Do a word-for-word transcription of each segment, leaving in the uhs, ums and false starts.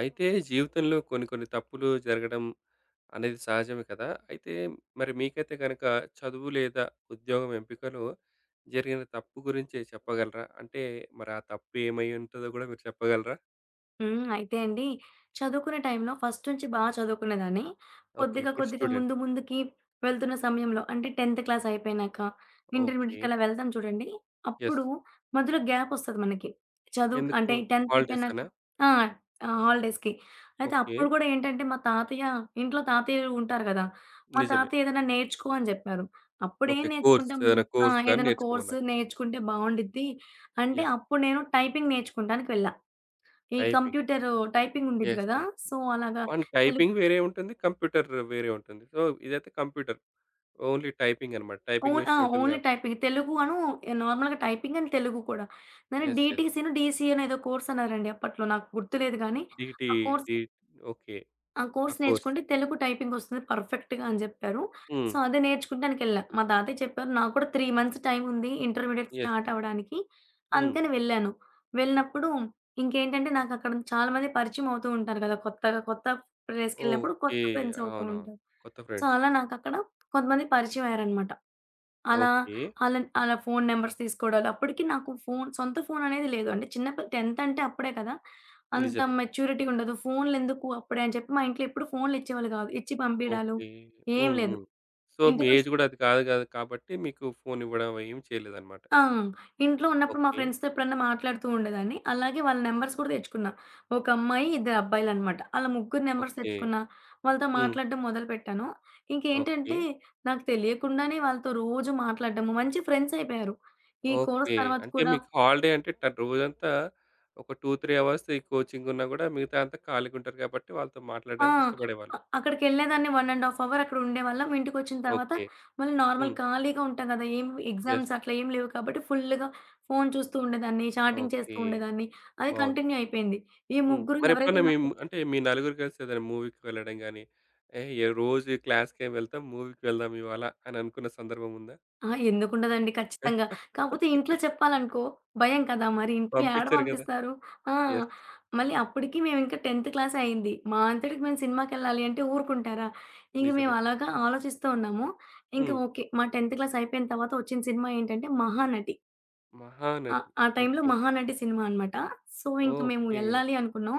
అయితే జీవితంలో కొన్ని కొన్ని తప్పులు జరగడం అనేది సహజమే కదా! అయితే మరి మీకైతే గనక చదువు లేదా ఉద్యోగం ఎంపికలో జరిగిన తప్పు గురించి చెప్పగలరా? అంటే మరి ఆ తప్పు ఏమై ఉంటదో గూడా మీరు చెప్పగలరా? హ్మ్. అయితే అండి, చదువుకునే టైంలో ఫస్ట్ నుంచి బా చదువుకునేదాన్ని. ఓకే. కొద్దిగా, గుడ్ కొద్దిగా స్టూడెంట్. ముందు ముందుకి వెళ్తున్న సమయంలో అంటే 10థ్ క్లాస్ అయిపోయినాక, ఓకే. ఇంటర్మీడియేట్‌కి అలా వెళ్తాం చూడండి. యెస్. అప్పుడు మధ్యలో గ్యాపొస్తది మనకి. చదువు ఎందుకు? అంటే 10థ్ అయిపోయినాక హాలిడేసేనా? ఆ! ఆ! హాలిడేస్‌కి. అయితే ఓకే. అప్పుడు గూడా ఏంటంటే, మా తాతయ్య ఇంట్లో తాతయ్యలు ఉంటారు గదా! మా నిజమే. తాతయ్య ఏదైనా నేర్చుకో అని జెప్పారు. అప్పుడేం ఓకే. కోర్స్ నేర్చుకుంటాం మనం? ఏదైనా ఆ! కోర్స్ గాని ఏదైనా కోర్స్ నేర్చుకోమన్నారు. నేర్చుకుంటే బావుండిద్ది. అంటే యెస్. అప్పుడు నేను టైపింగ్ నేర్చుకుంటానికి వెళ్ళా. ఈ టైపింగ్. కంప్యూటరు టైపింగ్ ఉండిద్ది యెస్. గదా! యెస్. సో, అలాగా వన్ తెలుగు టైపింగ్ వేరే ఉంటుంది. కంప్యూటర్ వేరే ఉంటుంది. సో, ఇదైతే కంప్యూటర్. ఓన్లీ టైపింగ్ అన్నమాట. టైపింగ్ ఓన్ ఆ! మెషిన్ ఉంటుంది ఓన్లీ కాబ టైపింగ్. తెలుగు అను నార్మల్‌గా టైపింగ్ అండ్ తెలుగు కూడా. దాన్ని యెస్. యెస్. డీటీసీనో, డీసీఏనో ఏదో కోర్స్ అన్నారండి అప్పట్లో. నాకు గుర్తులేదు గానీ, డీటీ ఆ కోర్స్ డీ ఓకే. ఆ ఆ కోర్స్ కోర్స్. నేర్చుకుంటే తెలుగు టైపింగొస్తుంది పర్ఫెక్ట్‌గా అని జెప్పారు. హ్మ్. సో, అది నేర్చుకుంటానికెళ్ళా. మా తాతయ్య చెప్పారు. నాకు కూడా మూడు మంత్స్ టైముంది ఇంటర్మీడియేట్ యెస్. స్టార్ట్ అవ్వడానికి. హ్మ్. అందుకని వెళ్ళాను. వెళ్ళినప్పుడు ఇంకేంటంటే నాకక్కడ చాలా మంది పరిచయం అవుతూ ఉంటారు గదా! కొత్తగా కొత్త ప్లేస్‌కెళ్ళినప్పుడు ఓకే. కొత్త ఫ్రెండ్స్ అవుతూ అవునవును. ఉంటారు. కొత్త సో, ఫ్రెండ్స్. అలా నాకక్కడ కొంతమంది పరిచయం అయ్యారనమాట. అలా ఓకే. ఆళ్ళన్ ఆళ్ళ ఫోను నంబర్స్ తీసుకోవడాలు. అప్పటికి నాకు ఫోను సొంత ఫోననేది లేదు. అంటే చిన్న పి 10థ్ అంటే అప్పుడే కదా! అంత నిజమే. మెచ్యూరిటీ ఉండదు. ఫోన్‌లెందుకు అప్పుడే అని చెప్పి మా ఇంట్లో ఎప్పుడు ఫోన్‌లిచ్చేవాళ్ళు గాదు. ఇచ్చి పంపీడాలు ఓకే. ఏం హ్మ్. లేదు. హ్మ్. సో, మీ ఇంటికొస్ ఏజ్ గూడా అది కాదు గాదు కాబట్టి మీకు ఫోన్ ఇవ్వడం ఏం చేయలేదన్నమాట. ఆ! ఇంట్లో ఉన్నప్పుడు మా ఓకే. ఫ్రెండ్స్‌తో ఎప్పుడన్నా మాట్లాడుతూ ఉండేదాన్ని. అలాగే వాళ్ళ నంబర్స్ కూడా తెచ్చుకున్నా. ఒక అమ్మాయి, ఇద్దరు అబ్బాయిలనమాట. ఆళ్ళ ముగ్గురు నంబర్స్ ఓకే. తెచ్చుకున్నా. వాళ్ళతో హ్మ్. మాట్లాడడం మొదలుపెట్టాను. ఓకే. ఇంకేంటంటే నాకు తెలియకుండానే వాళ్ళతో రోజు మాట్లాడడము, మంచి ఫ్రెండ్స్ అయిపోయారు. ఈ కోర్స్ ఓకే. తర్వాత అంటే కూడా మీకు హాలిడే అంటే ట రోజంతా ఒక రెండు, మూడు అవర్స్ ఈ కోచింగ్ ఉన్నా గూడా మిగతా అంతా ఖాళీగుంటారు కాబట్టి వాళ్ళతో ఆ! మాట్లాడడానికి ఇష్టపడేవాళ్ళు. అ అక్కడికెళ్ళేదాన్ని ఒకటిన్నర ½ అవర్ అక్కడ ఉండేవాళ్ళం. ఇంటికొచ్చిన తర్వాత ఓకే. మళ్ళీ నార్మల్ హ్మ్. ఖాళీగా ఉంటాం కదా! ఏం యెస్. ఎగ్జామ్స్ అట్లా ఏం లేవు కాబట్టి ఫుల్‌గా ఫోను చూస్తూ ఉండేదాన్ని. Chatting okay. చేస్తూ ఉండేదాన్ని. అది బావుంది. కంటిన్యూ అయిపోయింది. ఈ హ్మ్. ముగ్గురు మరెప్పుడన్నా ఎవరైతే మీ నాకు అంటే మీ నలుగురు కలిసి ఏదైనా మూవీకి వెళ్ళడం గాని, ఏహ్! ఏ రోజు క్లాస్‌కేం వెళ్తాం మూవీకి వెళ్దాం ఇవాళ అని అనుకున్న సందర్భం ఉందా? ఆ! ఎందుకుండదండి ఖచ్చితంగా. కాపోతే ఇంట్లో చెప్పాలనుకో భయం కదా! మరి ఇంట్లో ఏడ పంపించరు గదా! పంపిస్తారు? ఆ! యెస్. మళ్ళీ అప్పటికి మేమింకా 10థ్ క్లాసే అయింది. మా అంతటికి మేము సినిమాకెళ్ళాలి అంటే ఊరుకుంటారా? ఇంక మేము నిజమే. అలాగా ఆలోచిస్తూ ఉన్నాము. ఇంకా హ్మ్. ఓకే. మా 10థ్ క్లాస్ అయిపోయిన తర్వాత వచ్చిన సినిమా ఏంటంటే 'మహానటి.' ఆ! 'మహానటి'. ఆ టైంలో ఓకే. 'మహానటి' సినిమా అనమాట. సో, ఇంక మేము ఓకే. వెళ్ళాలి అనుకున్నాం.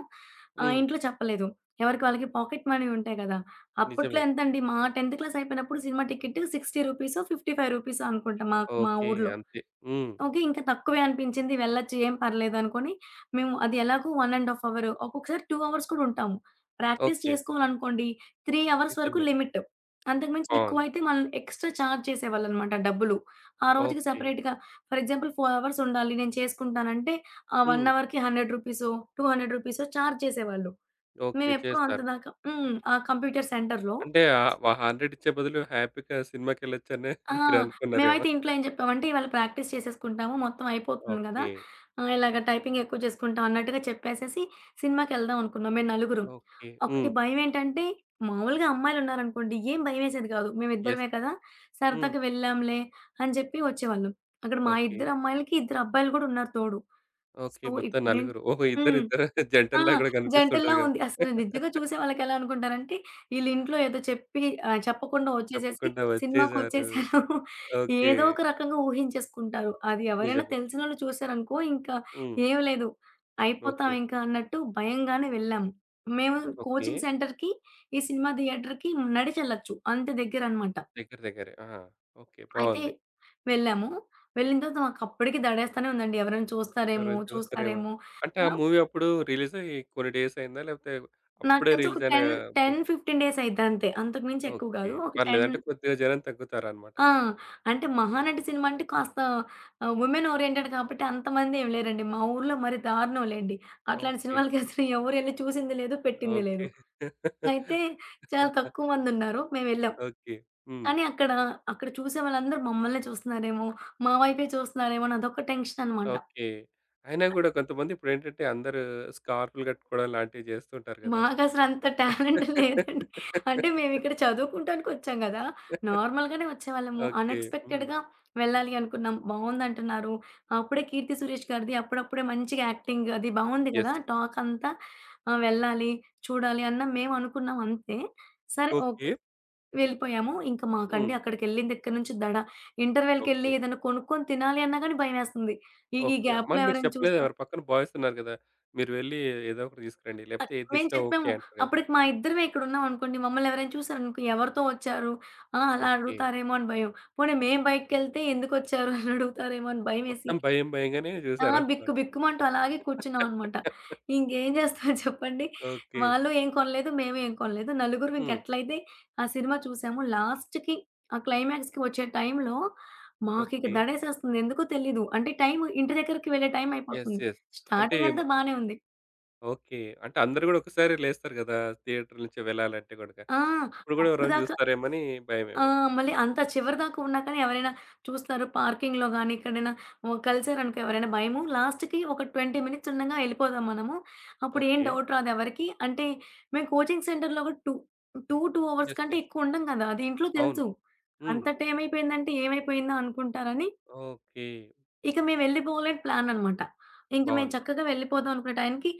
ఆహ్, హ్మ్. ఇంట్లో చెప్పలేదు. ఎవరికి వాళ్ళకి పాకెట్ మనీ ఉంటాయి కదా! అప్పట్లో నిజమే. ఎంతండి మా 10థ్ క్లాస్ అయిపోయినప్పుడు సినిమా టికెట్ రూ. అరవై రూపీసో, రూ. యాభై ఐదు అనుకుంటా మాకు మా ఓకే. ఊర్లో. అంతే. హ్మ్. ఓకే. ఇంక తక్కువే అనిపించింది వెళ్ళొచ్చు ఏం పర్లేదనుకోని, మేము అది ఎలాగో ఒకటిన్నర ½ అవర్ ఒక్కొక్కసారి రెండు అవర్స్ కూడా ఉంటాము. Practice okay. చేసుకోవాలనుకోండి మూడు అవర్స్ వరకు నిజమే. లిమిట్. అంతకుమించి బావుంది. ఎక్కువైతే మనల్ని ఎక్స్‌ట్రా చార్జ్ చేసేవాళ్ళనమాట డబ్బులు. ఆ రోజుకి ఓకే. సెపరేట్‌గా ఫర్ ఎగ్జాంపుల్ నాలుగు అవర్స్ ఉండాలి నేను చేసుకుంటానంటే, ఆ ఒక హ్మ్. అవర్‌కి రూ. వంద రూపీసో, రూ. రెండు వందలు చార్జ్ చేసేవాళ్ళు. ఓకే. మేమెప్పుడూ అంత చేస్తారు. దాకా హ్మ్. ఆ కంప్యూటర్ సెంటర్‌లో అంటే ఆహ్, వ వంద ఇచ్చే బదులు హ్యాపీగా సినిమాకెళ్ళొచ్చనే ఆ! మీరనుకున్నారేమో! మేమైతే ఇంట్లో ఏం చెప్పామంటే, ఇవాళ ప్రాక్టీస్ చేసేసుకుంటాము. మొత్తం అయిపోతుంది గదా! ఓకే. ఆహ్, ఇలాగ టైపింగ్ ఎక్కువ చేసుకుంటాం అన్నట్టుగా చెప్పేసేసి సినిమాకెళ్దాం అనుకున్నాం మేము నలుగురం. ఓకే. ఒకటి హ్మ్. భయమేంటంటే, మామూలుగా అమ్మాయిలున్నారనుకోండి, ఏం భయమేసేది కాదు. యెస్. మేమిద్దరమే కదా! హ్మ్. సరదాగా వెళ్ళాంలే అని చెప్పి వచ్చేవాళ్ళం. అక్కడ మా ఓకే. ఇద్దరు అమ్మాయిలకి, ఇద్దరు అబ్బాయిలు కూడా ఉన్నారు తోడు. ఓకే. సో, మొత్తం నలుగురు. ఇప్పుడేంటి ఓహో! హ్మ్. ఇద్దరిద్దరు ఆ! జంటల్లా గూడా జంటల్లా కనిపిస్తుంటది గదా! ఉంది. అసలు నిజంగా చూసే వాళ్ళకెలా అనుకుంటారంటే, ఈళ్ళింట్లో ఏదో చెప్పి ఆహ్, చెప్పకుండా వచ్చేసేసి చెప్పకుండా వచ్చేసారు. సినిమాకొచ్చేసారు. ఓకే. ఏదో ఒక రకంగా ఊహించేసుకుంటారు. అది ఎవరైనా నిజమే. తెలిసినోళ్ళు చూసారనుకో, ఇంకా హ్మ్. ఏం లేదు. అయిపోతాం ఓకే. ఇంకా అన్నట్టు భయంగానే వెళ్ళాము. మేము ఓకే. కోచింగ్ సెంటర్‌కి, ఈ సినిమా థియేటర్‌కి నడిచెళ్ళొచ్చు. అంత దగ్గరనమాట. దగ్గర దగ్గరే. ఆ! ఓకే. అయితే బావుంది. వెళ్ళాము. వెళ్ళిన తర్వాత మాకప్పటికి దడేస్తానే ఉందండి. ఎవరైనా చూస్తారేమో, ఎవరైనా చూస్తారేమో! చూస్తారేమో. అంటే ఆ! ఆ మూవీ అప్పుడు రిలీజ్ అయ్యి కొన్ని డేస్ అయిందా? లేకపోతే నాకు అప్పుడే తెలిసి ఒక రిలీజ్ అయిన పది, మూవీ? పది, పదిహేను డేస్ అయిద్దంతే. అంతకు మించి ఎక్కువ ఓకే. గాదు. ఒక పర్లేదు. పది అంటే కొద్దిగా జనం తగ్గుతారన్నమాట. ఆ! అంటే 'మహానటి' సినిమా అంటే కాస్త ఆహ్, వుమెన్ ఓరియెంటెడ్ కాబట్టి అంతమంది ఏమి లేరండి. మా ఊర్లో మరి దారుణం లెండి. అట్లాంటి ఓకే. సినిమాలకి అసలు ఎవరెళ్లి చూసింది లేదు, పెట్టింది ఓకే. లేదు. అయితే చాలా తక్కువ మందున్నారు. మేమెళ్ళాం. ఓకే. హ్మ్. కానీ అక్కడ, అక్కడ చూసే వాళ్ళందరూ మమ్మల్నే చూస్తున్నారేమో, మా వైపే చూస్తున్నారేమో అని అదొక టెన్షన్ అనమాట. ఓకే. అయినా గూడా కొంతమంది ఇప్పుడేంటంటే అందరూ స్కార్ఫ్‌లు గట్టుకోవడం లాంటివి జేస్తుంటారు గదా! మాకసలంత టాలెంట్ లేదండి. అంటే మేమిక్కడ చదువుకుంటానికొచ్చాం గదా! నార్మల్‌గానే వచ్చేవాళ్ళము. ఓకే. హ్మ్. అన్‌ఎక్స్‌పెక్టెడ్‌గా వెళ్ళాలి అనుకున్నాం. బావుందంటున్నారు. అప్పుడే 'కీర్తి సురేష్' గారిది అప్పుడప్పుడే మంచిగా యాక్టింగ్ అది బావుంది గదా! యెస్. టాక్ అంతా ఆహ్, వెళ్ళాలి, చూడాలి అన్న మేమనుకున్నాం అంతే. సరే ఓకే. ఓకే. వెళ్ళిపోయాము. ఇంక మాకండి హ్మ్. అక్కడికెళ్ళిన దగ్గర నుంచి దడ. ఇంటర్వెల్‌కెళ్ళి ఓకే. ఏదైనా కొనుక్కొని తినాలి అన్నా గానీ భయమేస్తుంది. ఈ ఈ ఓకే. గ్యాప్‌లో మరి మీరు ఎవరైనా చెప్పలేదా? చూస్తే మరి పక్కన బాయ్స్ ఉన్నారు గదా! మీరు వెళ్ళి ఏదో ఒకటి తీసుకురండి. అ లేపోతే ఏది మేము తెచ్చినా ఓకే చెప్పాము. అంటారు గదా! అప్పటికి మా ఇద్దరమే ఇక్కడున్నామనుకోండి, మమ్మల్ని ఎవరైనా చూసారనుకో, ఎవరితో వచ్చారు? ఆ! అలా ఓకే. అడుగుతారేమో అని భయం. పోనీ మేము బయటికెళ్తే ఎందుకొచ్చారు అని అడుగుతారేమో అని భయమేసి మొత్తం భయం భయంగానే ఆ! బిక్కు జూసారనమాట. బిక్కుమంటూ అలాగే కూర్చున్నామనమాట. ఇంకేం చేస్తారు చెప్పండి? ఓకే. వాళ్ళు ఏం కొనలేదు, మేము ఏం కొనలేదు. నలుగురం హ్మ్. ఇంకెట్లయితే ఆ సినిమా చూసాము. లాస్ట్‌కి ఆ క్లైమాక్స్‌కి వచ్చే టైంలో మాకిక ఓకే. దడేసేస్తుంది. ఎందుకో తెలీదు. అంటే టైము ఇంటి దగ్గరికి వెళ్ళే టైం యెస్. అయిపోతుంది. యెస్. అంటే స్టార్టింగ్ మ అంతా బానే ఉంది. ఓకే. అంటే అందరూ గూడా ఒకసారి లేస్తారు గదా! థియేటర్ నుంచి వెళ్ళాలంటే గనుక. ఆ! ఇప్పుడు గూడా అప్పుడు ఎవరైనా దాకా జూస్తారేమోని ఆ! భయమేమో. మళ్ళీ అంత చివరి దాకా ఉన్నా కానీ ఎవరైనా చూస్తారు పార్కింగ్‌లో గానీ, ఎక్కడైనా ఓ కలిసారనుకో ఎవరైనా భయము. లాస్ట్‌కి ఒక ఇరవై మినిట్స్ ఉండగా ఎళ్ళిపోదాం మనము. అప్పుడు ఏం ఓకే. డౌట్ రాదు ఎవరికీ. అంటే మేము కోచింగ్ సెంటర్‌లో కూడా రెండు, రెండు, రెండు అవర్స్ యెస్. కంటే యెస్. ఎక్కువ ఉండం కదా! అది ఇంట్లో అవును. తెలుసు. హ్మ్. అంత టైం అయిపోయిందంటే ఏమైపోయిందా అనుకుంటారని, ఓకే. ఇక మేము వెళ్ళిపోవాలని ప్లాన్ అన్నమాట. ఇంక మేము బావుంది. చక్కగా వెళ్ళిపోదాం అనుకునే టైంకి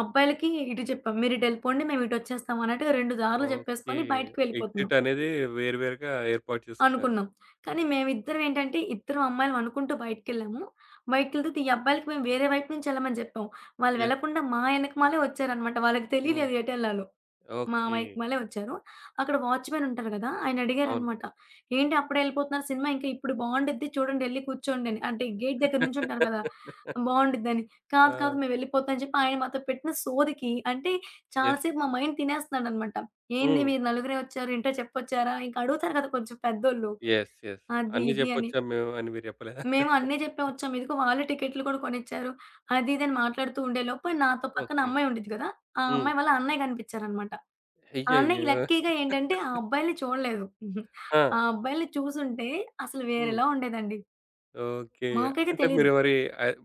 అబ్బాయిలకి ఇటు చెప్పాం. మీరు ఇటు ఎళ్ళిపోండి మేము ఇటు వచ్చేస్తాం అన్నట్టుగా రెండు దారులు ఓకే. చెప్పేసుకొని బయటికి వెళ్ళిపోతున్నాం. ఎగ్జిట్ అనేది వేరు వేరుగా ఏర్పాటు చేసుకున్నారు. అనుకున్నాం. కానీ మేమిద్దరం ఏంటంటే, ఇద్దరం అమ్మాయిలం అనుకుంటూ బయటికెళ్ళాము. బయటికెళ్తే ఈ అబ్బాయిలకి మేము వేరే వైపు నుంచి ఎళ్ళమని జెప్పాం. వాళ్ళు యెస్. వెళ్ళకుండా మా ఎనకమాలే వచ్చారనమాట. వాళ్ళకి హ్మ్. తెలీలేదు ఎటెళ్ళాలో. మా ఓకే. వెనకమాలే వచ్చారు. అక్కడ వాచ్‌మెన్ ఉంటారు గదా! ఆయన అవును. అడిగారనమాట. "ఏంటి అప్పుడే ఎళ్ళిపోతున్నారు సినిమా ఇంకా ఇప్పుడు బావుండిద్ది చూడండి ఎళ్లి కూర్చోండి" అని. అంటే గేట్ దగ్గర నుంచుంటారు గదా! బావుండిద్దని. "కాదు కాదు ఆ! మేమెళ్ళిపోతాం" అని చెప్పి ఆయన మాతో పెట్టిన సోదికి అంటే చాలా యెస్. సేపు మా మైండ్ తినేస్తున్నాడనమాట. "ఏంది హ్మ్. మీరు నలుగురే వచ్చారు ఇంట్లో చెప్పొచ్చారా?" ఇంక అడుగుతారు కదా! కొంచెం పెద్దోళ్ళు. యెస్. యెస్. అది, అన్నీ ఇది అని. జెప్పొచ్చాం మేము అని మీరు జెప్పలేదా? మేము అన్నీ చెప్పే వచ్చాం. ఇదిగో వాళ్ళు టికెట్లు కూడా కొనిచ్చారు. అది, ఇది అని మాట్లాడుతూ ఉండేలోపు నాతో పక్కన ఓకే. అమ్మాయి ఉండిద్ది కదా! ఆ హ్మ్. అమ్మాయి వాళ్ళ అన్నయ్య కనిపిచ్చారనమాట. ఆ అన్నయ్య అయ్యయ్యో! లక్కీగా ఏంటంటే ఆ అబ్బాయిల్ని చూడలేదు. ఆ! ఆ అబ్బాయిల్ని చూసుంటే అసలు హ్మ్. వేరేలా ఉండేదండి. ఓకే. మాకైతే అంటే తెలీదు. మీరు మరి ఆహ్,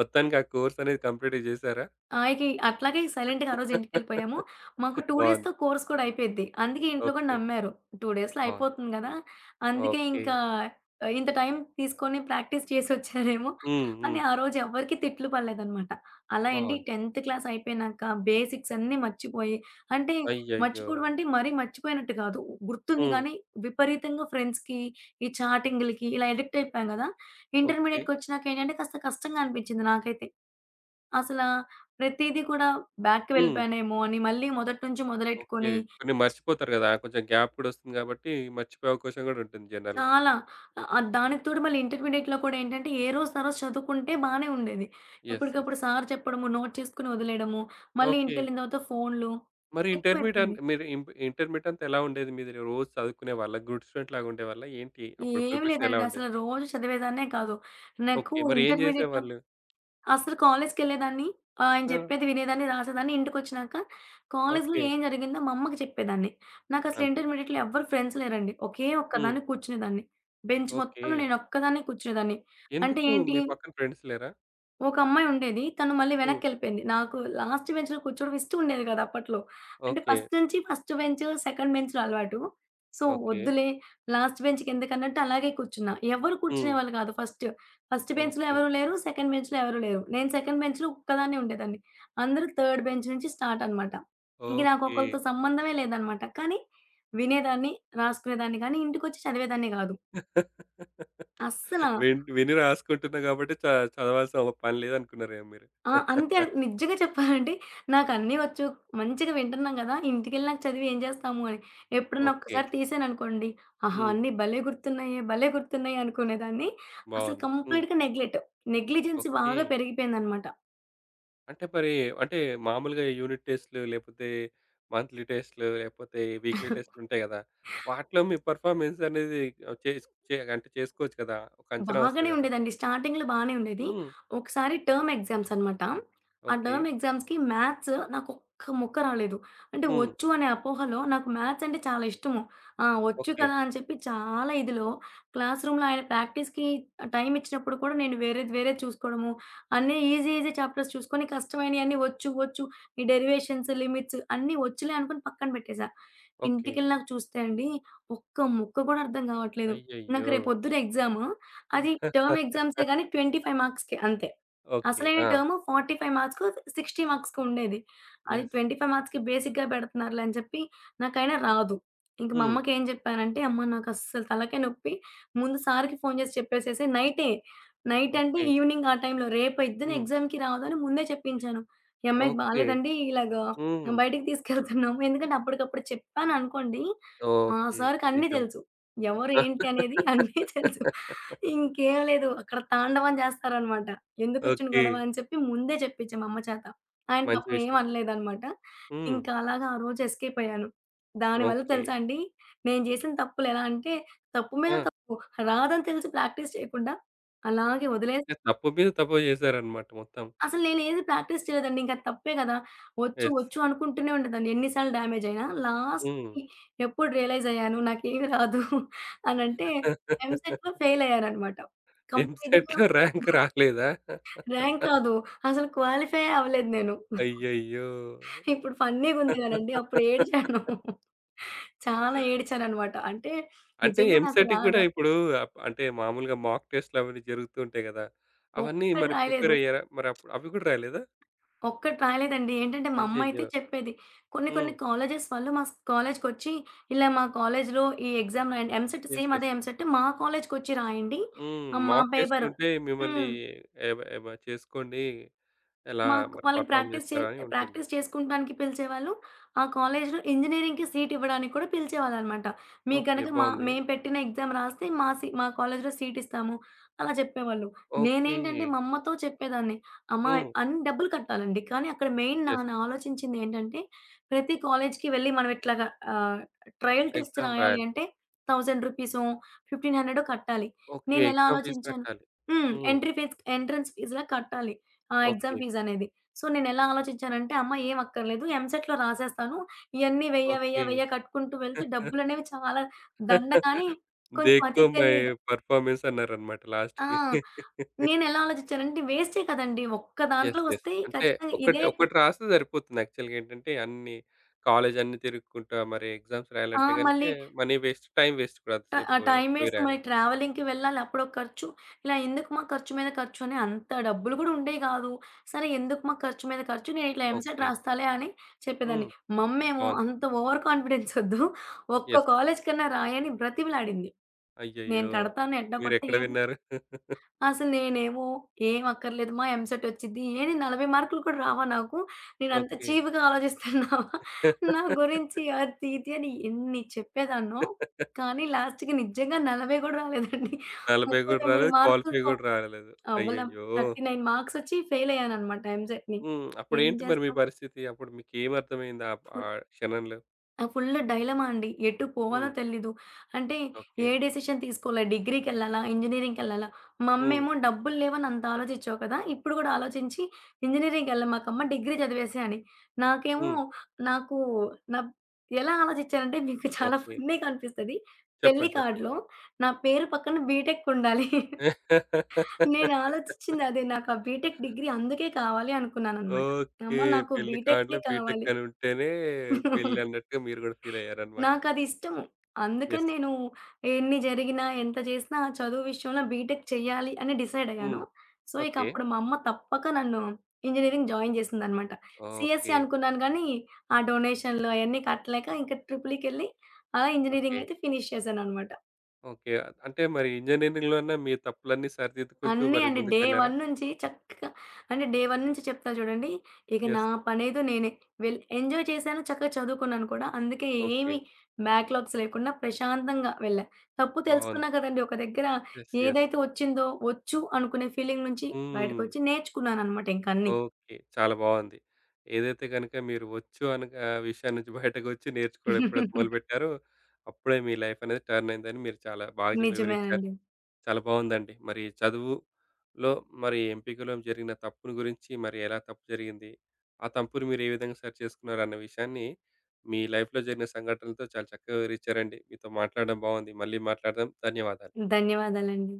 మొత్తానికి ఆ కోర్స్ అనేది కంప్లీట్‌గా జేసారా? ఆ! ఇక అట్లాగే సైలెంట్‌గా ఆ రోజు ఇంటికెళ్ళిపోయాము. మాకు రెండు డేస్‌తో బావుంది. కోర్స్ కూడా అయిపోయిద్ది. అందుకే ఇంట్లో కూడా ఓకే. నమ్మారు. రెండు డేస్‌లో బావుంది. అయిపోతుంది గదా! హ్మ్. అందుకే ఓకే. ఇంకా ఇంత టైం తీసుకొని ప్రాక్టీస్ చేసొచ్చారేమో హ్మ్. అని హ్మ్. ఆ రోజు ఎవ్వరికీ తిట్లు పడలేదనమాట. అలా అండి బావుంది. 10థ్ క్లాస్ అయిపోయినాక బేసిక్స్ అన్నీ మర్చిపోయి అంటే అయ్యయ్యో! మర్చిపోవడం అంటే మరీ మర్చిపోయినట్టు కాదు. గుర్తుంది హ్మ్. గానీ విపరీతంగా ఫ్రెండ్స్‌కి, ఈ చాటింగ్‌లకి ఇలా అడిక్ట్ అయిపోయాం గదా! ఓకే. ఇంటర్మీడియేట్‌కొచ్చినాక ఏంటంటే కాస్త కష్టంగా అనిపించింది నాకైతే. అసలా ప్రతీది కూడా బ్యాక్‌కి హ్మ్. వెళ్ళిపోయానేమో అని మళ్ళీ మొదటి నుంచి ఓకే. మొదలెట్టుకొని కొన్ని మర్చిపోతారు గదా! కొంచెం గ్యాప్ కూడా వస్తుంది గాబట్టి, మర్చిపోయే అవకాశం గూడా ఉంటుంది జనరల్‌గా. చాలా ఆహ్, దానికి తోడు మళ్ళీ ఇంటర్మీడియేట్‌లో కూడా ఏంటంటే ఏ రోజుది ఆ రోజు చదువుకుంటే బానే ఉండేది. యెస్. యెస్. ఎప్పటికప్పుడు సార్ చెప్పడము, నోట్ చేసుకొని వదిలేయడము, మళ్ళీ ఓకే. ఇంటికెళ్ళిన తర్వాత ఫోన్‌లు మరి ఇంటర్మీడియట్ అన్ ఎక్కువైపోయింది. మీరు ఇంప్ ఇంటర్మీడియేట్ అంతా ఎలా ఉండేది? మీది రోజు చదువుకునేవాళ్ళా? గుడ్ స్టూడెంట్ లాగా ఉండేవాళ్ళా? ఏంటి? అప్పుడు ఏమి ప్రిపరేషన్ ఎలా లేదండి అసలు ఉండేది? రోజు చదివేదాన్నే కాదు. నాకు ఓకే. మరి ఏం ఇంటర్మీడియేట్‌లో జేసేవాళ్ళు? అసలు కాలేజ్‌కెళ్ళేదాన్ని. ఆహ్, ఆయన ఆ! చెప్పేది వినేదాన్ని, రాసేదాన్ని. ఇంటికొచ్చినాక కాలేజ్‌లో ఓకే. ఏం జరిగిందో మా అమ్మకి చెప్పేదాన్ని. నాకసలు అంతే. ఇంటర్మీడియేట్‌లో ఎవ్వరు ఫ్రెండ్స్ లేరండి. ఒకే హ్మ్. ఒక్కదాన్ని కూర్చునేదాన్ని. Bench okay. మొత్తంలో నేనొక్కదాన్నే కూర్చునేదాన్ని. అంటే ఎందుకు ఏంటి మీ పక్కన ఫ్రెండ్స్ లేరా? ఒక అమ్మాయి ఉండేది. తను మళ్ళీ హ్మ్. వెనక్కెళ్ళిపోయింది. నాకు లాస్ట్ బెంచ్‌లో కూర్చోవడం ఇష్టం ఉండేది కాదు అప్పట్లో. అంటే ఓకే. ఫస్ట్ నుంచి ఫస్ట్ బెంచ్, సెకండ్ బెంచ్‌లో అలవాటు. So, okay. వద్దులే లాస్ట్ బెంచ్‌కెందుకన్నట్టు అలాగే కూర్చున్నా. ఎవరు హ్మ్. కూర్చునేవాళ్ళు కాదు ఫస్ట్. ఫస్ట్ బెంచ్‌లో ఓకే. ఎవరు లేరు. సెకండ్ బెంచ్‌లో ఎవరు లేరు. నేను సెకండ్ బెంచ్‌లో ఒక్కదాన్నే ఉండేదాన్ని. అందరూ థర్డ్ బెంచ్ నుంచి స్టార్ట్ అనమాట. ఇంక నాకు ఓకే. ఒకళ్ళతో సంబంధమే లేదనమాట. కానీ వినేదాన్ని, రాసుకునేదాన్ని కానీ ఇంటికొచ్చి చదివేదాన్ని కాదు. అస్సల. విన్ విని రాసుకుంటున్నా కాబట్టి చ చదవాల్సిన ఒక పని లేదనుకున్నారేమో మీరు. ఆ! అంతే నిజంగా చెప్పాలంటే నాకన్నీ వచ్చు. మంచిగా వింటున్నాం గదా! ఇంటికెళ్ళినాక చదివి ఏం జేస్తాము అని. ఎప్పుడన్నా ఓకే. ఒక్కసారి తీసాననుకోండి, ఆహా! హ్మ్. అన్నీ భలే గుర్తున్నాయే, భలే గుర్తున్నాయే అనుకునేదాన్ని. అసలు బావుంది. హ్మ్. కంప్లీట్‌గా నెగ్లెట్. Negligence okay. బాగా పెరిగిపోయిందనమాట. అంటే మరి అంటే మామూలుగా యూనిట్ టెస్ట్‌లు లేకపోతే మంత్లీ టెస్ట్‌లు లేకపోతే వీక్లీ టెస్ట్‌లు ఉంటాయి కదా! వాటిలో మీ పెర్ఫార్మన్స్ అనేది ఆహ్, చేస్ చే అంటే చేసుకోవచ్చు కదా! ఒక అంచనా వస్తది బాగానే కదా! ఉండేదండి. స్టార్టింగ్‌లో బానే ఉండేది. హ్మ్. ఒకసారి టర్మ్ ఎగ్జామ్స్ అనమాట. ఆ ఓకే. టర్మ్ ఎగ్జామ్స్‌కి మ్యాథ్స్ నాకొక్క ముక్క రాలేదు. అంటే హ్మ్. వచ్చు అనే అపోహలో నాకు మ్యాథ్స్ అంటే చాలా ఇష్టము. ఆ! వచ్చు ఓకే. కదా అని చెప్పి చాలా ఇదిలో క్లాస్ రూమ్‌లో ఆయన ప్రాక్టీస్‌కి టైమ్ ఇచ్చినప్పుడు కూడా నేను వేరేది వేరేది చూసుకోవడము, అన్నీ ఈజీ ఈజీ చాప్టర్స్ చూసుకొని కష్టమైనయన్నీ వచ్చు వచ్చు ఈ డెరివేషన్స్, లిమిట్స్ అన్నీ వచ్చులే అనుకుని పక్కన పెట్టేసా. ఓకే. ఇంటికెళ్ళినాక చూస్తే అండి, ఒక్క ముక్క కూడా అర్థం కావట్లేదు. నాకు అయ్యయ్యో! రేపొద్దున ఎగ్జాము అది టర్మ్ ఎగ్జామ్సే గాని ఇరవై ఐదు మార్క్స్‌కి అంతే. ఓకే. అసలైన ఆ! టర్మ్ నలభై ఐదు మార్క్స్‌కో, అరవై మార్క్స్‌కో ఉండేది. అది యెస్. ఇరవై ఐదు మార్క్స్‌కి బేసిక్‌గా పెడుతున్నారులే అని చెప్పి నాకైనా రాదు. ఇంక మా హ్మ్. అమ్మకేం జెప్పానంటే, "అమ్మ నాకస్సలు తలకాయ నొప్పి. ముందు సార్‌కి ఫోను జేసి చెప్పేసేసేయి" నైటే. నైట్ అంటే ఓకే. ఈవినింగ్ ఆ టైంలో రేపొద్దున హ్మ్. ఎగ్జామ్‌కి రావద్దని ముందే చెప్పించాను. "ఈ అమ్మాయికి ఓకే. బాలేదండి. ఇలాగా హ్మ్. బయటికి తీసుకెళ్తున్నాము" ఎందుకంటే అప్పటికప్పుడు చెప్పాననుకోండి, మా ఓకే. సార్‌కి అన్నీ నిజమే. తెలుసు. ఎవరు ఏంటి అనేది అన్నీ తెలుసు. ఇంకేం లేదు. అక్కడ తాండవం జేస్తారనమాట. ఎందుకొచ్చిన ఓకే. గొడవ అని చెప్పి ముందే జెప్పించా మా అమ్మ చేత. ఆయన మంచి పాపం ఏం విషయం. అనలేదనమాట. హ్మ్. ఇంకా అలాగా ఆ రోజు ఎస్కేప్ అయ్యాను. దానివల్ల ఓకే. తెలుసా అండి, నేను జేసిన తప్పులెలా అంటే, తప్పు మీద ఆ! తప్పు రాదని తెలిసి ప్రాక్టీస్ చేయకుండా అలాగే వదిలేసి అంటే తప్పు మీద తప్పు చేశారన్నమాట మొత్తం. అసలు నేనేది ప్రాక్టీస్ చేయలేదండి. ఇంక అది తప్పే గదా! వచ్చు, యెస్. వచ్చు అనుకుంటూనే ఉండేదాన్ని. ఎన్ని సార్లు డ్యామేజ్ అయినా. హ్మ్. లాస్ట్‌కి ఎప్పుడు రియలైజ్ అయ్యాను నాకేమి రాదు అనంటే ఎంసెట్‌లో ఫెయిల్ అయ్యాననమాట. కంప్లీట్‌గా ఎంసెట్‌లో ర్యాంక్ రాలేదా? ర్యాంక్ కాదు. అసలు క్వాలిఫై అవ్వలేదు నేను. అయ్యయ్యో! ఇప్పుడు ఫన్నీగుంది గదండీ! అప్పుడు ఏడిచాను. చాలా ఏడిచాననమాట. అంటే అంటే నిజంగా నాకు ఎంసెట్‌కి గూడా రాదా? ఇప్పుడు అప్ అంటే మామూలుగా మాక్ టెస్ట్‌లు అవన్నీ జరుగుతూ ఉంటాయి గదా! అవన్నీ ఒక్కటి మరి ప్రిపేర్ రాయలేదు. అయ్యారా? మరి అప్పుడు అవి గూడా రాలేదా? ఒక్కటి రాలేదండి. ఏంటంటే, మా అమ్మయితే అయ్యయ్యో! చెప్పేది. కొన్ని కొన్ని హ్మ్. కాలేజెస్ వాళ్ళు మా స్ కాలేజ్‌కొచ్చి, ఇలా మా కాలేజ్‌లో ఈ ఎగ్జామ్ రాయండి. ఎంసెట్ యెస్. సేమ్ అదే యెస్. ఎంసెట్ మా కాలేజ్‌కొచ్చి రాయండి. హ్మ్. ఆహ్, మా మాక్ పేపరు. టెస్ట్‌లుంటే మిమ్మల్ని హ్మ్. ఎవ ఎవ చేసుకోండి. ఎలా మాకు మరి వాళ్ళకి పెర్ఫార్మ్ ప్రాక్టీస్ చే చేస్తారా అని ఉంటుంది. ప్రాక్టీస్ చేసుకుంటానికి పిలిచేవాళ్ళు. ఆ కాలేజ్‌లో ఇంజినీరింగ్‌కి సీట్ ఇవ్వడానికి కూడా పిలిచేవాళ్ళనమాట. మీకు ఓకే. గనక మా బావుంది. మేము పెట్టిన ఎగ్జామ్ రాస్తే మా సీ మా కాలేజ్‌లో సీట్ ఇస్తాము అలా చెప్పేవాళ్ళు. ఓకే. నేనేంటంటే మా అమ్మతో చెప్పేదాన్ని. అమ్మ హ్మ్. అన్ని డబ్బులు కట్టాలండి. కానీ అక్కడ మెయిన్ నా యెస్. నా ఆలోచించింది ఏంటంటే ప్రతి కాలేజ్‌కి వెళ్ళి మనం ఇట్లాగా ఆహ్, ట్రయల్ టెస్ట్ ఎగ్జామ్ రాయాలి రాయాలి. అంటే థౌసండ్ రూపీసో, పదిహేను వందలు కట్టాలి. ఓకే. నేనెలా ఎగ్జామ్ ఫీజ్ ఆలోచించాను కట్టాలి. హ్మ్. హ్మ్. ఎంట్రీ ఫీజ్ ఎంట్రన్స్ ఫీజ్‌లా కట్టాలి. ఆ! ఓకే. ఎగ్జామ్ ఫీజ్ అనేది. సో, నేనెలా ఆలోచించానంటే, అమ్మ ఏం అక్కర్లేదు ఎంసెట్‌లో రాసేస్తాను. ఇయన్నీ వెయ్య, వెయ్య, ఓకే. వెయ్య కట్టుకుంటూ వెళ్తే డబ్బులనేవి చాలా దండ కానీ కొంచెం అతి దేఖో మై తెలివిగా పెర్ఫార్మెన్స్ అన్నారన్నమాట లాస్ట్‌కి. ఆ! నేనెలా ఆలోచించానంటే వేస్టే కదండీ! ఒక్క యెస్. దాంట్లో యెస్. వస్తే అంటే ఖచ్చితంగా ఒకటి ఇదే ఒకటి రాస్తే సరిపోతుంది. యాక్చువల్‌గా ఏంటంటే అన్ని కాలేజ్ అన్ని తిరుక్కుంటా మరి ఎగ్జామ్స్ ఆ! రాయాలంటే గనుక మళ్ళీ మనీ వేస్ట్, టైమ్ వేస్ట్ కూడా ట అంతసేపు ఆ టైమ్ పోయి వేస్ట్ మరి రాయాలన్నా. ట్రావెలింగ్‌కి వెళ్ళాలి. అప్పుడో ఖర్చు. ఇలా ఎందుకు మా ఖర్చు మీద ఖర్చు అని అంత డబ్బులు కూడా ఉండేవి కాదు. సరే ఎందుకు మా ఖర్చు మీద ఖర్చు నేను ఇట్లా ఎంసెట్ ఓకే. రాస్తాలే అని హ్మ్. చెప్పేదాన్ని. మమ్మేమో బావుంది. అంత ఓవర్ కాన్ఫిడెన్స్ వద్దు. ఒక్క యెస్. కాలేజ్ కన్నా రాయని బ్రతిమిలాడింది. నేను అయ్యయ్యో! కడతాను ఎట్లా కొట్ట మీరెక్కడ ఏదో విన్నారు? అసలు నేనేమో "ఏం అక్కర్లేదు మా ఎంసెట్ వచ్చిద్ది." ఏంది నలభై మార్కులు కూడా రావా నాకు? నేనంత ఓకే. చీప్‌గా ఆలోచిస్తున్నావా? నా గురించి అది ఇది అని ఎన్ని చెప్పేదాన్నో. కానీ లాస్ట్‌కి నిజంగా నలభై కూడా రాలేదండి. నలభై గూడా ముప్ఫై తొమ్మిది రాలేదు. క్వాలిఫై మార్కులతో గూడా రాలేదు. అవ్వలేం. అయ్యయ్యో! ముప్ఫై తొమ్మిది మార్క్స్ వచ్చి ఫెయిల్ అయ్యానన్నమాట ఎంసెట్‌ని. హ్మ్. ఏం అప్పుడేంటి మరి మీ చేస్తాం? పరిస్థితి? అప్పుడు మీకేమర్థమైంది ఆహ్, ఆ ఆ క్షణంలో? ఆ! ఫుల్ డైలమా అండి. ఎటు పోవాలో హ్మ్. తెలీదు. అంటే ఓకే. ఏ డెసిషన్ తీసుకోవాలా? డిగ్రీకెళ్ళాలా? ఇంజినీరింగ్‌కెళ్ళాలా? మా హ్మ్. అమ్మేమో డబ్బులు లేవని అంత ఆలోచించావు కదా! ఇప్పుడు గూడా ఆలోచించి ఇంజినీరింగ్‌కెళ్ళమాకమ్మ డిగ్రీ చదివేసేయి అని. నాకేమో హ్మ్. నాకు నా ఎలా ఆలోచించానంటే మీకు చాలా ఓకే. ఫన్నీగా అనిపిస్తది. పెళ్లి చెప్పండి. చెప్పండి. కార్డ్‌లో నా పేరు పక్కన బీటెక్ ఉండాలి. నేను ఆలోచించింది అదే. నాకు ఆ బీటెక్ డిగ్రీ అందుకే కావాలి అనుకున్నాననమాట. ఓకే. అమ్మ నాకు పెళ్లి కార్డ్‌లో బీటెకే బీటెక్ కావాలి. అని ఉంటేనే పెళ్లి అన్నట్టుగా మీరు గూడా ఫీల్ అయ్యారన్నమాట. నాకది ఇష్టము. అందుకని యెస్. నేను ఎన్ని జరిగినా, ఎంత చేసినా ఆ చదువు విషయంలో బీటెక్ చెయ్యాలి అని డిసైడ్ హ్మ్. అయ్యాను. సో, ఇక ఓకే. అప్పుడు మా అమ్మ తప్పక నన్ను ఇంజినీరింగ్ జాయిన్ చేసిందనమాట. CSC okay. అనుకున్నాను గానీ, ఆ డొనేషన్‌లు అయన్నీ కట్టలేక ఇంక ట్రిపులీకెళ్ళి అలా ఓకే. ఇంజినీరింగ్ అయితే ఫినిష్ చేశాననమాట. ఓకే. అంటే మరి ఇంజినీరింగ్‌లోనే మీ తప్పులన్నీ సరిదిద్దుకుంటూ అన్నీ మరి అండి. ముందుకు డే వెళ్లారా? ఒకటి నుంచి చక్కగా అంటే డే ఒకటి నుంచి చెప్తా చూడండి. ఇక నా యెస్. పనేదో నేనే. వెల్ ఎంజాయ్ చేశాను. చక్కగా చదువుకున్నాను కూడా. అందుకే ఓకే. ఏమి బ్యాక్‌లాగ్స్ లేకుండా ప్రశాంతంగా వెళ్ళా. తప్పు బావుంది. తెలుసుకున్నా కదండీ! ఒక దగ్గర యెస్. యెస్. ఏదైతే వచ్చిందో వచ్చు అనుకునే ఫీలింగ్ నుంచి హ్మ్. బయటకొచ్చి నేర్చుకున్నానన్నమాట ఇంకన్నీ. ఓకే. చాలా బావుంది. ఏదైతే గనుక మీరు వచ్చు అన్న ఆహ్, విషయం నుంచి బయటకొచ్చి నేర్చుకోవడం ఎప్పుడైతే మొదలుపెట్టారో, అప్పుడే మీ లైఫ్ అనేది టర్న్ అయిందని మీరు చాలా బాగా వివరించారు. నిజమేనండి. చాలా బాగుందండి. మరి చదువులో మరి ఎంపికలో జరిగిన తప్పుని గురించి మరి ఎలా తప్పు జరిగింది? ఆ తప్పుని మీరు ఏ విధంగా సరిచేసుకున్నారన్న విషయాన్ని మీ లైఫ్‌లో జరిగిన సంఘటనలతో చాలా చక్కగా వివరిచ్చారండి. మీతో మాట్లాడడం బాగుంది. మళ్ళీ మాట్లాడదాం. ధన్యవాదాలు. ధన్యవాదాలండి.